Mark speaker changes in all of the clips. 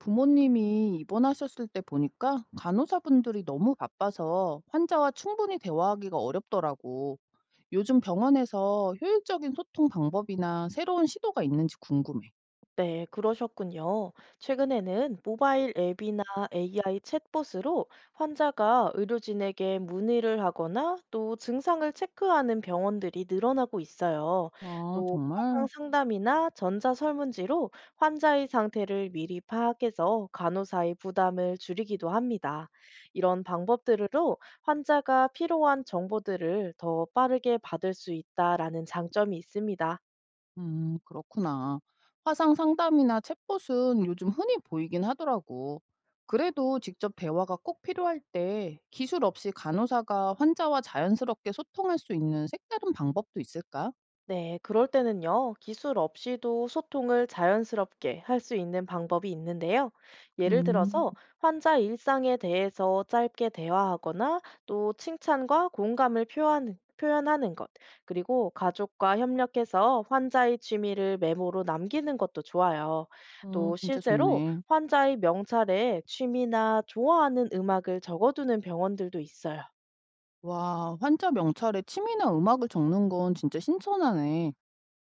Speaker 1: 부모님이 입원하셨을 때 보니까 간호사분들이 너무 바빠서 환자와 충분히 대화하기가 어렵더라고. 요즘 병원에서 효율적인 소통 방법이나 새로운 시도가 있는지 궁금해.
Speaker 2: 네, 그러셨군요. 최근에는 모바일 앱이나 AI 챗봇으로 환자가 의료진에게 문의를 하거나 또 증상을 체크하는 병원들이 늘어나고 있어요.
Speaker 1: 아,
Speaker 2: 또 화상
Speaker 1: 정말?
Speaker 2: 상담이나 전자 설문지로 환자의 상태를 미리 파악해서 간호사의 부담을 줄이기도 합니다. 이런 방법들로 환자가 필요한 정보들을 더 빠르게 받을 수 있다라는 장점이 있습니다.
Speaker 1: 그렇구나. 화상 상담이나 챗봇은 요즘 흔히 보이긴 하더라고. 그래도 직접 대화가 꼭 필요할 때 기술 없이 간호사가 환자와 자연스럽게 소통할 수 있는 색다른 방법도 있을까?
Speaker 2: 네, 그럴 때는요, 기술 없이도 소통을 자연스럽게 할 수 있는 방법이 있는데요. 예를
Speaker 1: 음,
Speaker 2: 들어서 환자 일상에 대해서 짧게 대화하거나 또 칭찬과 공감을 표현하는 것, 그리고 가족과 협력해서 환자의 취미를 메모로 남기는 것도 좋아요.
Speaker 1: 어,
Speaker 2: 또
Speaker 1: 진짜
Speaker 2: 실제로
Speaker 1: 좋네.
Speaker 2: 환자의 명찰에 취미나 좋아하는 음악을 적어두는 병원들도 있어요.
Speaker 1: 와, 환자 명찰에 취미나 음악을 적는 건 진짜 신선하네.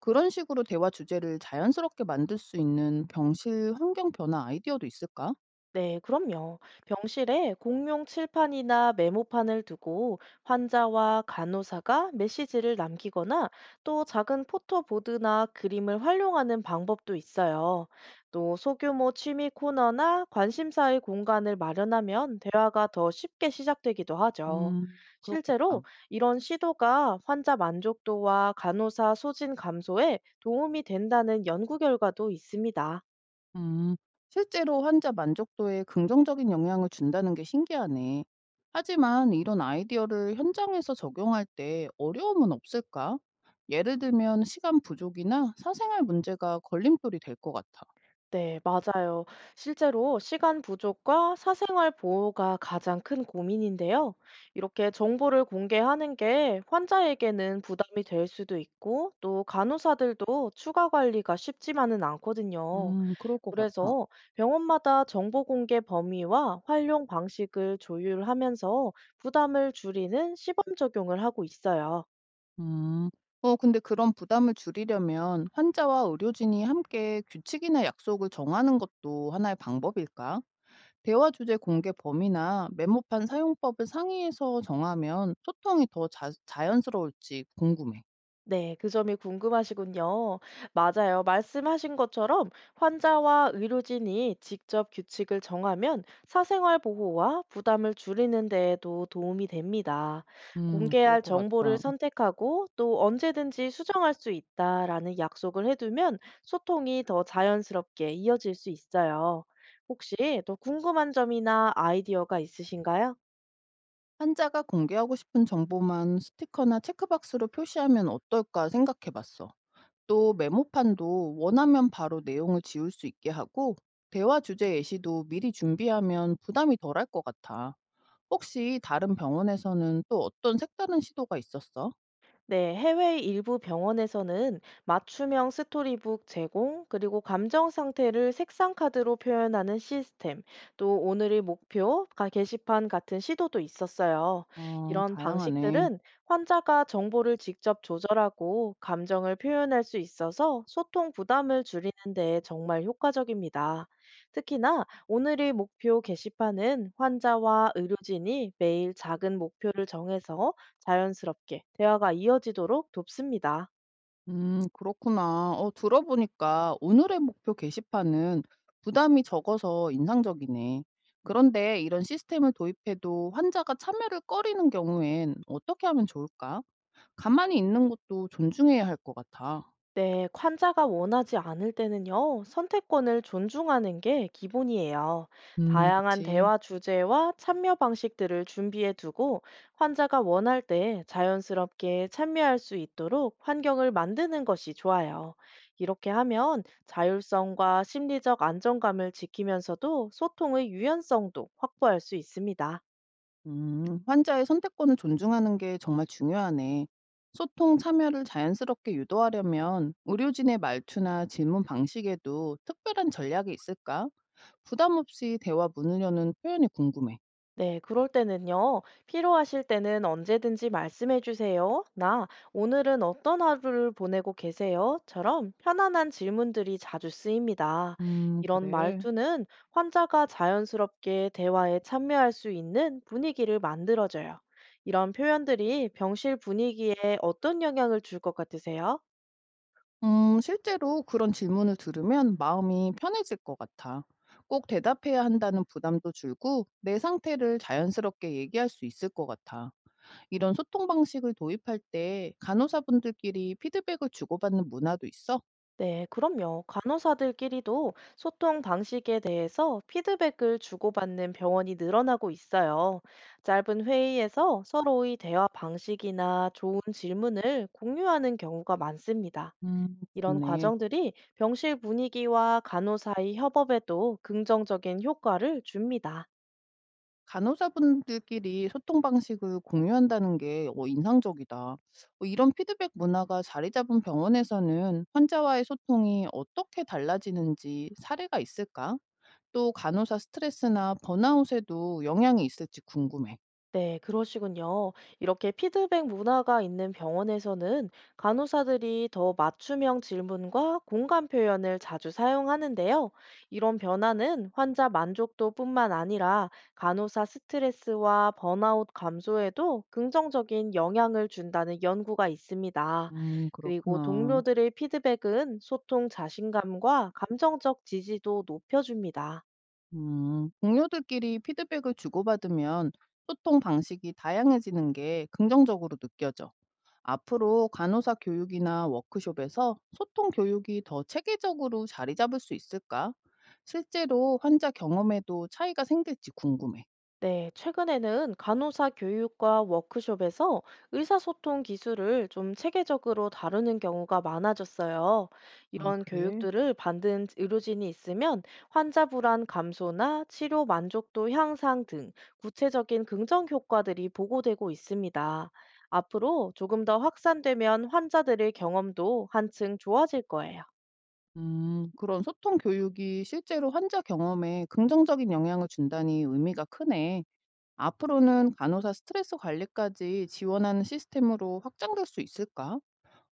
Speaker 1: 그런 식으로 대화 주제를 자연스럽게 만들 수 있는 병실 환경 변화 아이디어도 있을까?
Speaker 2: 네, 그럼요. 병실에 공용 칠판이나 메모판을 두고 환자와 간호사가 메시지를 남기거나 또 작은 포토보드나 그림을 활용하는 방법도 있어요. 또 소규모 취미 코너나 관심사의 공간을 마련하면 대화가 더 쉽게 시작되기도 하죠. 실제로
Speaker 1: 그렇겠다.
Speaker 2: 이런 시도가 환자 만족도와 간호사 소진 감소에 도움이 된다는 연구 결과도 있습니다.
Speaker 1: 음, 실제로 환자 만족도에 긍정적인 영향을 준다는 게 신기하네. 하지만 이런 아이디어를 현장에서 적용할 때 어려움은 없을까? 예를 들면 시간 부족이나 사생활 문제가 걸림돌이 될 것 같아.
Speaker 2: 네, 맞아요. 실제로 시간 부족과 사생활 보호가 가장 큰 고민인데요. 이렇게 정보를 공개하는 게 환자에게는 부담이 될 수도 있고, 또 간호사들도 추가 관리가 쉽지만은 않거든요.
Speaker 1: 그럴 것 같아.
Speaker 2: 그래서 병원마다 정보 공개 범위와 활용 방식을 조율하면서 부담을 줄이는 시범 적용을 하고 있어요.
Speaker 1: 음. 어, 근데 그런 부담을 줄이려면 환자와 의료진이 함께 규칙이나 약속을 정하는 것도 하나의 방법일까? 대화 주제 공개 범위나 메모판 사용법을 상의해서 정하면 소통이 더 자연스러울지 궁금해.
Speaker 2: 네, 그 점이 궁금하시군요. 맞아요. 말씀하신 것처럼 환자와 의료진이 직접 규칙을 정하면 사생활 보호와 부담을 줄이는 데에도 도움이 됩니다.
Speaker 1: 그럴
Speaker 2: 공개할
Speaker 1: 것
Speaker 2: 정보를
Speaker 1: 같아.
Speaker 2: 선택하고 또 언제든지 수정할 수 있다라는 약속을 해두면 소통이 더 자연스럽게 이어질 수 있어요. 혹시 또 궁금한 점이나 아이디어가 있으신가요?
Speaker 1: 환자가 공개하고 싶은 정보만 스티커나 체크박스로 표시하면 어떨까 생각해 봤어. 또 메모판도 원하면 바로 내용을 지울 수 있게 하고 대화 주제 예시도 미리 준비하면 부담이 덜할 것 같아. 혹시 다른 병원에서는 또 어떤 색다른 시도가 있었어?
Speaker 2: 네, 해외 일부 병원에서는 맞춤형 스토리북 제공, 그리고 감정 상태를 색상 카드로 표현하는 시스템, 또 오늘의 목표, 게시판 같은 시도도 있었어요.
Speaker 1: 아,
Speaker 2: 이런
Speaker 1: 다양하네.
Speaker 2: 방식들은 환자가 정보를 직접 조절하고 감정을 표현할 수 있어서 소통 부담을 줄이는 데 정말 효과적입니다. 특히나 오늘의 목표 게시판은 환자와 의료진이 매일 작은 목표를 정해서 자연스럽게 대화가 이어지도록 돕습니다.
Speaker 1: 그렇구나. 어, 들어보니까 오늘의 목표 게시판은 부담이 적어서 인상적이네. 그런데 이런 시스템을 도입해도 환자가 참여를 꺼리는 경우엔 어떻게 하면 좋을까? 가만히 있는 것도 존중해야 할 것 같아.
Speaker 2: 네, 환자가 원하지 않을 때는요, 선택권을 존중하는 게 기본이에요. 다양한
Speaker 1: 그치.
Speaker 2: 대화 주제와 참여 방식들을 준비해 두고 환자가 원할 때 자연스럽게 참여할 수 있도록 환경을 만드는 것이 좋아요. 이렇게 하면 자율성과 심리적 안정감을 지키면서도 소통의 유연성도 확보할 수 있습니다.
Speaker 1: 환자의 선택권을 존중하는 게 정말 중요하네. 소통 참여를 자연스럽게 유도하려면 의료진의 말투나 질문 방식에도 특별한 전략이 있을까? 부담 없이 대화 문을 여는 표현이 궁금해.
Speaker 2: 네, 그럴 때는요. 필요하실 때는 언제든지 말씀해 주세요. 나 오늘은 어떤 하루를 보내고 계세요?처럼 편안한 질문들이 자주 쓰입니다. 이런
Speaker 1: 그래.
Speaker 2: 말투는 환자가 자연스럽게 대화에 참여할 수 있는 분위기를 만들어줘요. 이런 표현들이 병실 분위기에 어떤 영향을 줄 것 같으세요?
Speaker 1: 실제로 그런 질문을 들으면 마음이 편해질 것 같아. 꼭 대답해야 한다는 부담도 줄고 내 상태를 자연스럽게 얘기할 수 있을 것 같아. 이런 소통 방식을 도입할 때 간호사분들끼리 피드백을 주고받는 문화도 있어?
Speaker 2: 네, 그럼요. 간호사들끼리도 소통 방식에 대해서 피드백을 주고받는 병원이 늘어나고 있어요. 짧은 회의에서 서로의 대화 방식이나 좋은 질문을 공유하는 경우가 많습니다. 이런
Speaker 1: 좋네.
Speaker 2: 과정들이 병실 분위기와 간호사의 협업에도 긍정적인 효과를 줍니다.
Speaker 1: 간호사분들끼리 소통 방식을 공유한다는 게 어, 인상적이다. 어, 이런 피드백 문화가 자리 잡은 병원에서는 환자와의 소통이 어떻게 달라지는지 사례가 있을까? 또 간호사 스트레스나 번아웃에도 영향이 있을지 궁금해.
Speaker 2: 네, 그러시군요. 이렇게 피드백 문화가 있는 병원에서는 간호사들이 더 맞춤형 질문과 공감 표현을 자주 사용하는데요. 이런 변화는 환자 만족도뿐만 아니라 간호사 스트레스와 번아웃 감소에도 긍정적인 영향을 준다는 연구가 있습니다. 그리고
Speaker 1: 그렇구나.
Speaker 2: 동료들의 피드백은 소통 자신감과 감정적 지지도 높여줍니다.
Speaker 1: 동료들끼리 피드백을 주고받으면 소통 방식이 다양해지는 게 긍정적으로 느껴져. 앞으로 간호사 교육이나 워크숍에서 소통 교육이 더 체계적으로 자리 잡을 수 있을까? 실제로 환자 경험에도 차이가 생길지 궁금해.
Speaker 2: 네, 최근에는 간호사 교육과 워크숍에서 의사소통 기술을 좀 체계적으로 다루는 경우가 많아졌어요.
Speaker 1: 아,
Speaker 2: 이런
Speaker 1: 그래?
Speaker 2: 교육들을 받은 의료진이 있으면 환자 불안 감소나 치료 만족도 향상 등 구체적인 긍정 효과들이 보고되고 있습니다. 앞으로 조금 더 확산되면 환자들의 경험도 한층 좋아질 거예요.
Speaker 1: 그런 소통 교육이 실제로 환자 경험에 긍정적인 영향을 준다니 의미가 크네. 앞으로는 간호사 스트레스 관리까지 지원하는 시스템으로 확장될 수 있을까?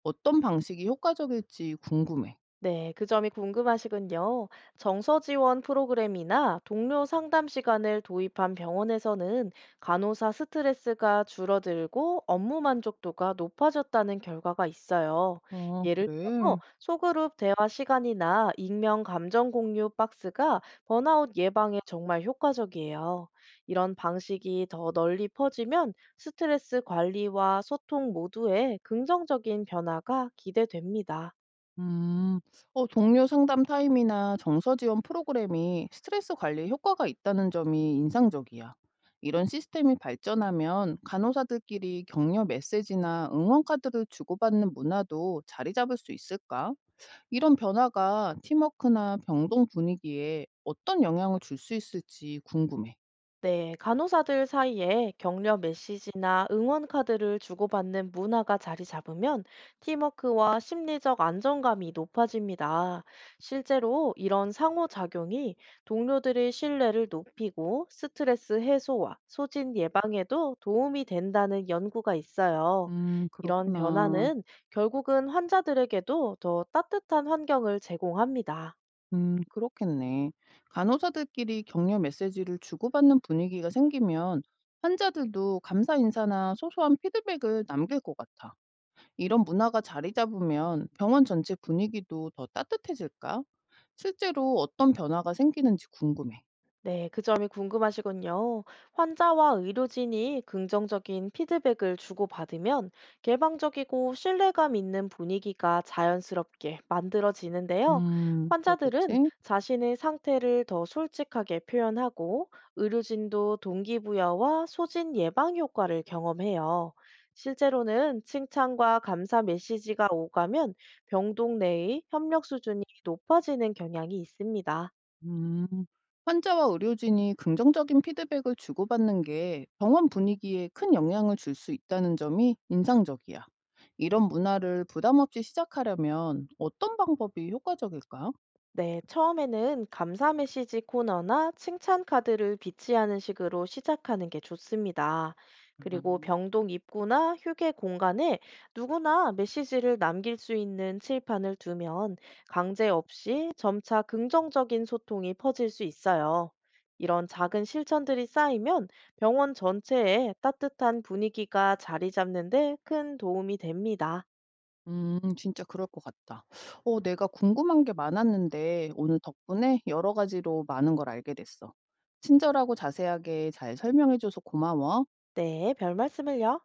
Speaker 1: 어떤 방식이 효과적일지 궁금해.
Speaker 2: 네, 그 점이 궁금하시군요. 정서 지원 프로그램이나 동료 상담 시간을 도입한 병원에서는 간호사 스트레스가 줄어들고 업무 만족도가 높아졌다는 결과가 있어요.
Speaker 1: 어
Speaker 2: 예를
Speaker 1: 그래?
Speaker 2: 들어서 소그룹 대화 시간이나 익명 감정 공유 박스가 번아웃 예방에 정말 효과적이에요. 이런 방식이 더 널리 퍼지면 스트레스 관리와 소통 모두에 긍정적인 변화가 기대됩니다.
Speaker 1: 음. 어 동료 상담 타임이나 정서 지원 프로그램이 스트레스 관리에 효과가 있다는 점이 인상적이야. 이런 시스템이 발전하면 간호사들끼리 격려 메시지나 응원 카드를 주고받는 문화도 자리 잡을 수 있을까? 이런 변화가 팀워크나 병동 분위기에 어떤 영향을 줄 수 있을지 궁금해.
Speaker 2: 네, 간호사들 사이에 격려 메시지나 응원 카드를 주고받는 문화가 자리 잡으면 팀워크와 심리적 안정감이 높아집니다. 실제로 이런 상호작용이 동료들의 신뢰를 높이고 스트레스 해소와 소진 예방에도 도움이 된다는 연구가 있어요. 이런
Speaker 1: 그렇구나.
Speaker 2: 변화는 결국은 환자들에게도 더 따뜻한 환경을 제공합니다.
Speaker 1: 그렇겠네. 간호사들끼리 격려 메시지를 주고받는 분위기가 생기면 환자들도 감사 인사나 소소한 피드백을 남길 것 같아. 이런 문화가 자리 잡으면 병원 전체 분위기도 더 따뜻해질까? 실제로 어떤 변화가 생기는지 궁금해.
Speaker 2: 네, 그 점이 궁금하시군요. 환자와 의료진이 긍정적인 피드백을 주고받으면 개방적이고 신뢰감 있는 분위기가 자연스럽게 만들어지는데요. 환자들은
Speaker 1: 그렇겠지?
Speaker 2: 자신의 상태를 더 솔직하게 표현하고 의료진도 동기부여와 소진 예방 효과를 경험해요. 실제로는 칭찬과 감사 메시지가 오가면 병동 내의 협력 수준이 높아지는 경향이 있습니다.
Speaker 1: 음, 환자와 의료진이 긍정적인 피드백을 주고받는 게 병원 분위기에 큰 영향을 줄 수 있다는 점이 인상적이야. 이런 문화를 부담 없이 시작하려면 어떤 방법이 효과적일까?
Speaker 2: 네, 처음에는 감사 메시지 코너나 칭찬 카드를 비치하는 식으로 시작하는 게 좋습니다. 그리고
Speaker 1: 음.
Speaker 2: 병동 입구나 휴게 공간에 누구나 메시지를 남길 수 있는 칠판을 두면 강제 없이 점차 긍정적인 소통이 퍼질 수 있어요. 이런 작은 실천들이 쌓이면 병원 전체에 따뜻한 분위기가 자리 잡는데 큰 도움이 됩니다.
Speaker 1: 진짜 그럴 것 같다. 어, 내가 궁금한 게 많았는데 오늘 덕분에 여러 가지로 많은 걸 알게 됐어. 친절하고 자세하게 잘 설명해줘서 고마워.
Speaker 2: 네, 별 말씀을요.